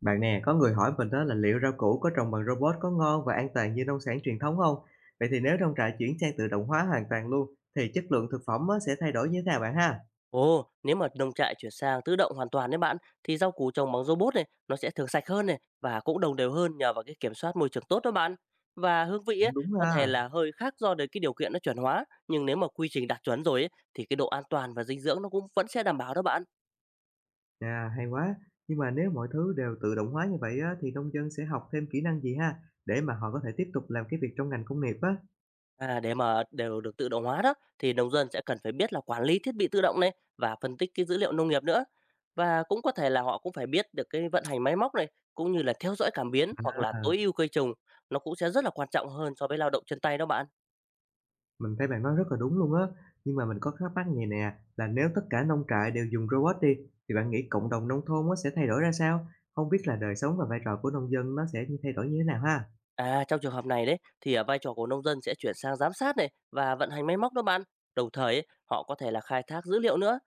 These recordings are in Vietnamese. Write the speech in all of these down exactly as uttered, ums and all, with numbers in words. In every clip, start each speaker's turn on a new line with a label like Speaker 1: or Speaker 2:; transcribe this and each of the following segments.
Speaker 1: Bạn nè, có người hỏi mình đó là liệu rau củ có trồng bằng robot có ngon và an toàn như nông sản truyền thống không? Vậy thì nếu nông trại chuyển sang tự động hóa hoàn toàn luôn, thì chất lượng thực phẩm á, sẽ thay đổi như thế nào bạn ha?
Speaker 2: Ồ, nếu mà nông trại chuyển sang tự động hoàn toàn đấy bạn, thì rau củ trồng bằng robot này nó sẽ thường sạch hơn này, và cũng đồng đều hơn nhờ vào cái kiểm soát môi trường tốt đó bạn. Và hương vị
Speaker 1: Cũng
Speaker 2: ấy,
Speaker 1: đúng
Speaker 2: có thể
Speaker 1: ha.
Speaker 2: là hơi khác do đến cái điều kiện nó chuẩn hóa, nhưng nếu mà quy trình đạt chuẩn rồi ấy, thì cái độ an toàn và dinh dưỡng nó cũng vẫn sẽ đảm bảo đó bạn.
Speaker 1: À, hay quá. Nhưng mà nếu mọi thứ đều tự động hóa như vậy á, thì nông dân sẽ học thêm kỹ năng gì ha? Để mà họ có thể tiếp tục làm cái việc trong ngành công nghiệp á.
Speaker 2: À, để mà đều được tự động hóa đó thì nông dân sẽ cần phải biết là quản lý thiết bị tự động này, và phân tích cái dữ liệu nông nghiệp nữa. Và cũng có thể là họ cũng phải biết được cái vận hành máy móc này, cũng như là theo dõi cảm biến hoặc là
Speaker 1: À,
Speaker 2: tối ưu cây trồng, nó cũng sẽ rất là quan trọng hơn so với lao động chân tay đó bạn.
Speaker 1: mình thấy bạn nói rất là đúng luôn á, nhưng mà mình có thắc mắc này nè, là nếu tất cả nông trại đều dùng robot đi, thì bạn nghĩ cộng đồng nông thôn á sẽ thay đổi ra sao? Không biết là đời sống và vai trò của nông dân nó sẽ như thay đổi như thế nào ha?
Speaker 2: À, trong trường hợp này đấy thì à, vai trò của nông dân sẽ chuyển sang giám sát này và vận hành máy móc đó bạn. Đồng thời ấy, họ có thể là khai thác dữ liệu nữa.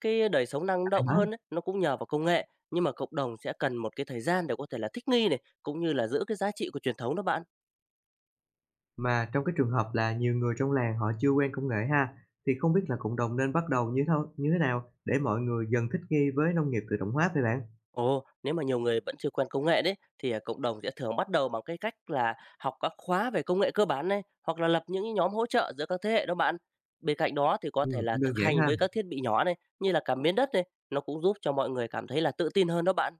Speaker 2: Cái đời sống năng
Speaker 1: À,
Speaker 2: động
Speaker 1: vậy hả?
Speaker 2: hơn ấy, nó cũng nhờ vào công nghệ, nhưng mà cộng đồng sẽ cần một cái thời gian để có thể là thích nghi này, cũng như là giữ cái giá trị của truyền thống đó bạn.
Speaker 1: Mà trong cái trường hợp là nhiều người trong làng họ chưa quen công nghệ ha, thì không biết là cộng đồng nên bắt đầu như thế như thế nào để mọi người dần thích nghi với nông nghiệp tự động hóa vậy bạn?
Speaker 2: Ồ, nếu mà nhiều người vẫn chưa quen công nghệ đấy thì à, cộng đồng sẽ thường bắt đầu bằng cái cách là học các khóa về công nghệ cơ bản này, hoặc là lập những cái nhóm hỗ trợ giữa các thế hệ đó bạn. Bên cạnh đó thì có
Speaker 1: Ừ,
Speaker 2: thể là
Speaker 1: cũng đơn
Speaker 2: thực hành
Speaker 1: giản ha.
Speaker 2: với các thiết bị nhỏ này, như là cảm biến đất này, nó cũng giúp cho mọi người cảm thấy là tự tin hơn đó bạn.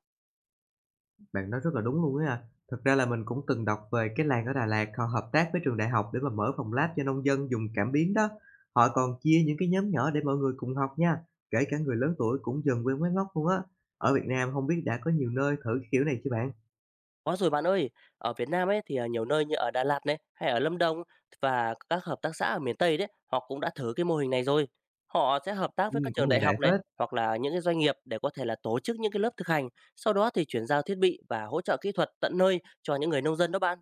Speaker 1: Bạn nói rất là đúng luôn ấy à. Thực ra là mình cũng từng đọc về cái làng ở Đà Lạt, họ hợp tác với trường đại học để mà mở phòng lab cho nông dân dùng cảm biến đó. Họ còn chia những cái nhóm nhỏ để mọi người cùng học nha, kể cả người lớn tuổi cũng dần quen máy móc luôn á. Ở Việt Nam không biết đã có nhiều nơi thử cái kiểu này chưa bạn?
Speaker 2: Có rồi bạn ơi, ở Việt Nam ấy thì à, nhiều nơi như ở Đà Lạt này, hay ở Lâm Đồng và các hợp tác xã ở miền Tây đấy, họ cũng đã thử cái mô hình này rồi. Họ sẽ hợp tác với
Speaker 1: Ừm,
Speaker 2: các
Speaker 1: cũng
Speaker 2: trường
Speaker 1: hiện
Speaker 2: đại
Speaker 1: đại
Speaker 2: học này,
Speaker 1: hết.
Speaker 2: hoặc là những cái doanh nghiệp để có thể là tổ chức những cái lớp thực hành, sau đó thì chuyển giao thiết bị và hỗ trợ kỹ thuật tận nơi cho những người nông dân đó bạn.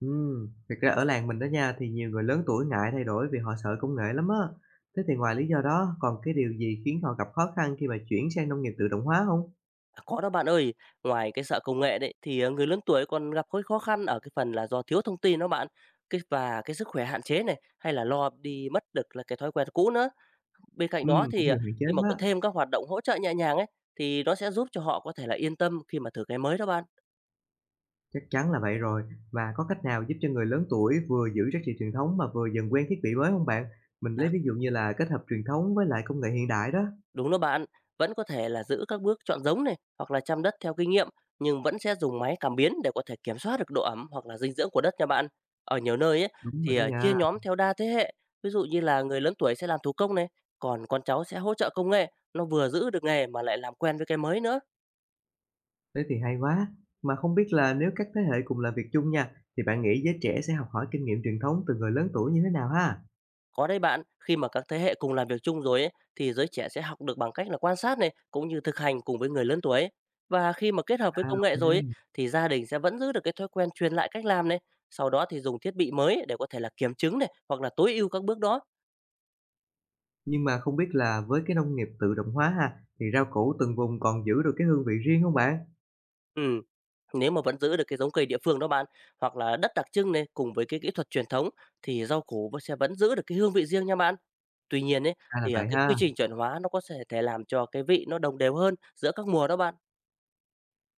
Speaker 1: Ừm, thực ra ở làng mình đó nha, thì nhiều người lớn tuổi ngại thay đổi vì họ sợ công nghệ lắm á. Thế thì ngoài lý do đó còn cái điều gì khiến họ gặp khó khăn khi mà chuyển sang nông nghiệp tự động hóa không?
Speaker 2: À, có đó bạn ơi, ngoài cái sợ công nghệ đấy thì à, người lớn tuổi còn gặp cái khó khăn ở cái phần là do thiếu thông tin đó bạn. Cái và cái sức khỏe hạn chế này, hay là lo đi mất được là cái thói quen cũ nữa. Bên cạnh đó
Speaker 1: Ừm, cũng
Speaker 2: thì, à,
Speaker 1: nhiều hạn chế
Speaker 2: khi mà có
Speaker 1: quá.
Speaker 2: thêm các hoạt động hỗ trợ nhẹ nhàng ấy, thì nó sẽ giúp cho họ có thể là yên tâm khi mà thử cái mới đó bạn.
Speaker 1: Chắc chắn là vậy rồi. Và có cách nào giúp cho người lớn tuổi vừa giữ giá trị truyền thống mà vừa dần quen thiết bị mới không bạn? Mình lấy
Speaker 2: À,
Speaker 1: ví dụ như là kết hợp truyền thống với lại công nghệ hiện đại đó.
Speaker 2: đúng đó bạn, vẫn có thể là giữ các bước chọn giống này, hoặc là chăm đất theo kinh nghiệm, nhưng vẫn sẽ dùng máy cảm biến để có thể kiểm soát được độ ẩm hoặc là dinh dưỡng của đất nha bạn. Ở nhiều nơi ấy,
Speaker 1: Đúng rồi
Speaker 2: thì,
Speaker 1: đó
Speaker 2: à,
Speaker 1: nha,
Speaker 2: chia nhóm theo đa thế hệ, ví dụ như là người lớn tuổi sẽ làm thủ công này, còn con cháu sẽ hỗ trợ công nghệ, nó vừa giữ được nghề mà lại làm quen với cái mới nữa.
Speaker 1: thế thì hay quá. Mà không biết là nếu các thế hệ cùng làm việc chung nha, thì bạn nghĩ giới trẻ sẽ học hỏi kinh nghiệm truyền thống từ người lớn tuổi như thế nào ha?
Speaker 2: Có đấy bạn, khi mà các thế hệ cùng làm việc chung rồi ấy, thì giới trẻ sẽ học được bằng cách là quan sát này, cũng như thực hành cùng với người lớn tuổi. Và khi mà kết hợp với
Speaker 1: À,
Speaker 2: công nghệ
Speaker 1: ô.
Speaker 2: rồi ấy, thì gia đình sẽ vẫn giữ được cái thói quen truyền lại cách làm này, sau đó thì dùng thiết bị mới để có thể là kiểm chứng này, hoặc là tối ưu các bước đó.
Speaker 1: Nhưng mà không biết là với cái nông nghiệp tự động hóa ha, thì rau củ từng vùng còn giữ được cái hương vị riêng không bạn?
Speaker 2: Ừ, nếu mà vẫn giữ được cái giống cây địa phương đó bạn, hoặc là đất đặc trưng này cùng với cái kỹ thuật truyền thống, thì rau củ vẫn sẽ vẫn giữ được cái hương vị riêng nha bạn. Tuy nhiên ấy
Speaker 1: Ra là
Speaker 2: thì à,
Speaker 1: vậy
Speaker 2: cái
Speaker 1: ha.
Speaker 2: quy trình chuẩn hóa nó có thể thể làm cho cái vị nó đồng đều hơn giữa các mùa đó bạn.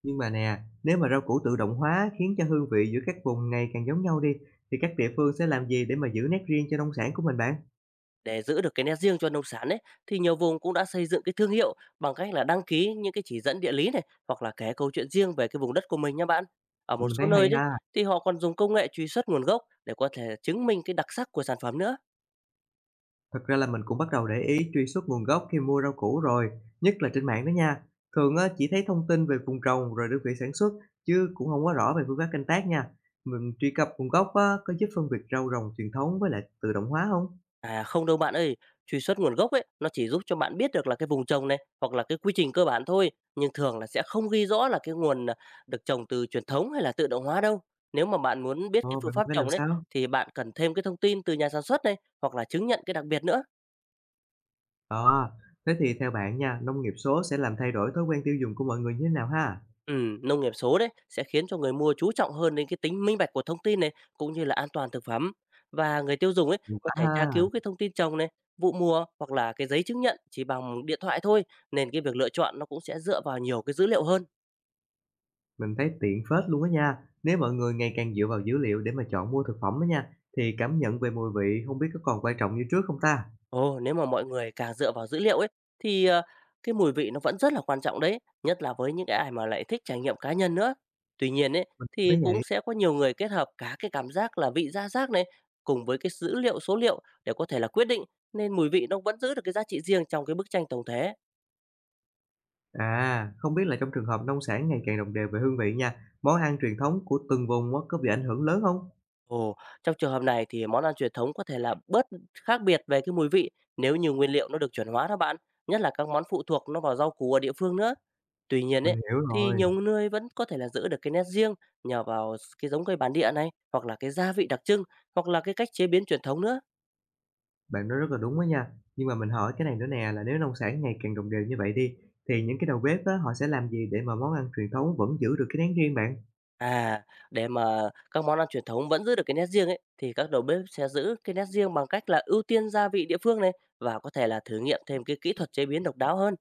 Speaker 1: Nhưng mà nè, nếu mà rau củ tự động hóa khiến cho hương vị giữa các vùng ngày càng giống nhau đi, thì các địa phương sẽ làm gì để mà giữ nét riêng cho nông sản của mình bạn?
Speaker 2: Để giữ được cái nét riêng cho nông sản ấy, thì nhiều vùng cũng đã xây dựng cái thương hiệu bằng cách là đăng ký những cái chỉ dẫn địa lý này, hoặc là kể câu chuyện riêng về cái vùng đất của mình nha bạn. Ở một
Speaker 1: Mình
Speaker 2: số
Speaker 1: thấy hay
Speaker 2: nơi đấy
Speaker 1: ha.
Speaker 2: thì họ còn dùng công nghệ truy xuất nguồn gốc để có thể chứng minh cái đặc sắc của sản phẩm nữa.
Speaker 1: Thật ra là mình cũng bắt đầu để ý truy xuất nguồn gốc khi mua rau củ rồi, nhất là trên mạng đó nha. Thường á, chỉ thấy thông tin về vùng trồng rồi đơn vị sản xuất, chứ cũng không quá rõ về phương pháp canh tác nha. Mình truy cập nguồn gốc á, có giúp phân biệt rau rồng truyền thống với lại tự động hóa không?
Speaker 2: À, không đâu bạn ơi, truy xuất nguồn gốc ấy nó chỉ giúp cho bạn biết được là cái vùng trồng này, hoặc là cái quy trình cơ bản thôi, nhưng thường là sẽ không ghi rõ là cái nguồn à, được trồng từ truyền thống hay là tự động hóa đâu. Nếu mà bạn muốn biết cái
Speaker 1: Ồ,
Speaker 2: phương
Speaker 1: vậy mình
Speaker 2: pháp
Speaker 1: phải làm
Speaker 2: trồng đấy,
Speaker 1: sao?
Speaker 2: thì bạn cần thêm cái thông tin từ nhà sản xuất này, hoặc là chứng nhận cái đặc biệt nữa.
Speaker 1: À, thế thì theo bạn nha, nông nghiệp số sẽ làm thay đổi thói quen tiêu dùng của mọi người như thế nào ha?
Speaker 2: Ừm, nông nghiệp số đấy sẽ khiến cho người mua chú trọng hơn đến cái tính minh bạch của thông tin này, cũng như là an toàn thực phẩm, và người tiêu dùng ấy
Speaker 1: Hiệu
Speaker 2: có
Speaker 1: quá
Speaker 2: thể tra
Speaker 1: ha,
Speaker 2: cứu cái thông tin trồng này, vụ mùa hoặc là cái giấy chứng nhận chỉ bằng điện thoại thôi, nên cái việc lựa chọn nó cũng sẽ dựa vào nhiều cái dữ liệu hơn.
Speaker 1: mình thấy tiện phết luôn á nha. Nếu mọi người ngày càng dựa vào dữ liệu để mà chọn mua thực phẩm á nha, thì cảm nhận về mùi vị không biết có còn quan trọng như trước không ta?
Speaker 2: Ồ, nếu mà mọi người càng dựa vào dữ liệu ấy, thì, ờ, cái mùi vị nó vẫn rất là quan trọng đấy, nhất là với những cái ai mà lại thích trải nghiệm cá nhân nữa. Tuy nhiên ấy, thì
Speaker 1: Thấy vậy.
Speaker 2: cũng sẽ có nhiều người kết hợp cả cái cảm giác là vị gia giác này, cùng với cái dữ liệu số liệu để có thể là quyết định, nên mùi vị nó vẫn giữ được cái giá trị riêng trong cái bức tranh tổng thể.
Speaker 1: À, không biết là trong trường hợp nông sản ngày càng đồng đều về hương vị nha, món ăn truyền thống của từng vùng á, có bị ảnh hưởng lớn không?
Speaker 2: Ồ, trong trường hợp này thì món ăn truyền thống có thể là bớt khác biệt về cái mùi vị, nếu như nguyên liệu nó được chuẩn hóa đó bạn, nhất là các món phụ thuộc nó vào rau củ ở địa phương nữa. Tuy nhiên
Speaker 1: Mình
Speaker 2: ấy,
Speaker 1: hiểu
Speaker 2: thì
Speaker 1: rồi,
Speaker 2: nhiều nơi vẫn có thể là giữ được cái nét riêng nhờ vào s cái giống cây bản địa này, hoặc là cái gia vị đặc trưng, hoặc là cái cách chế biến truyền thống nữa.
Speaker 1: bạn nói rất là đúng đó nha. Nhưng mà mình hỏi cái này nữa nè, là nếu nông sản ngày càng đồng đều như vậy đi, thì những cái đầu bếp á, họ sẽ làm gì để mà món ăn truyền thống vẫn giữ được cái nét riêng bạn?
Speaker 2: À, để mà các món ăn truyền thống vẫn giữ được cái nét riêng ấy, thì các đầu bếp sẽ giữ cái nét riêng bằng cách là ưu tiên gia vị địa phương này, và có thể là thử nghiệm thêm cái kỹ thuật chế biến độc đáo hơn.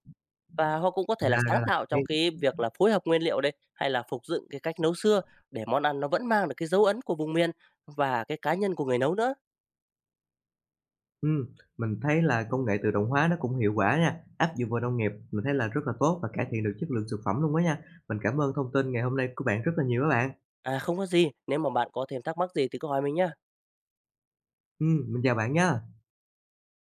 Speaker 2: Và họ cũng có thể
Speaker 1: À,
Speaker 2: là sáng
Speaker 1: ra là
Speaker 2: tạo
Speaker 1: vậy.
Speaker 2: trong cái việc là phối hợp nguyên liệu đấy, hay là phục dựng cái cách nấu xưa, để món ăn nó vẫn mang được cái dấu ấn của vùng miền và cái cá nhân của người nấu nữa.
Speaker 1: Ừm, mình thấy là công nghệ tự động hóa nó cũng hiệu quả nha, áp dụng vào nông nghiệp mình thấy là rất là tốt và cải thiện được chất lượng thực phẩm luôn đó nha. Mình cảm ơn thông tin ngày hôm nay của bạn rất là nhiều các bạn.
Speaker 2: À, không có gì, nếu mà bạn có thêm thắc mắc gì thì cứ hỏi mình nhé.
Speaker 1: Ừm, mình chào bạn nhé.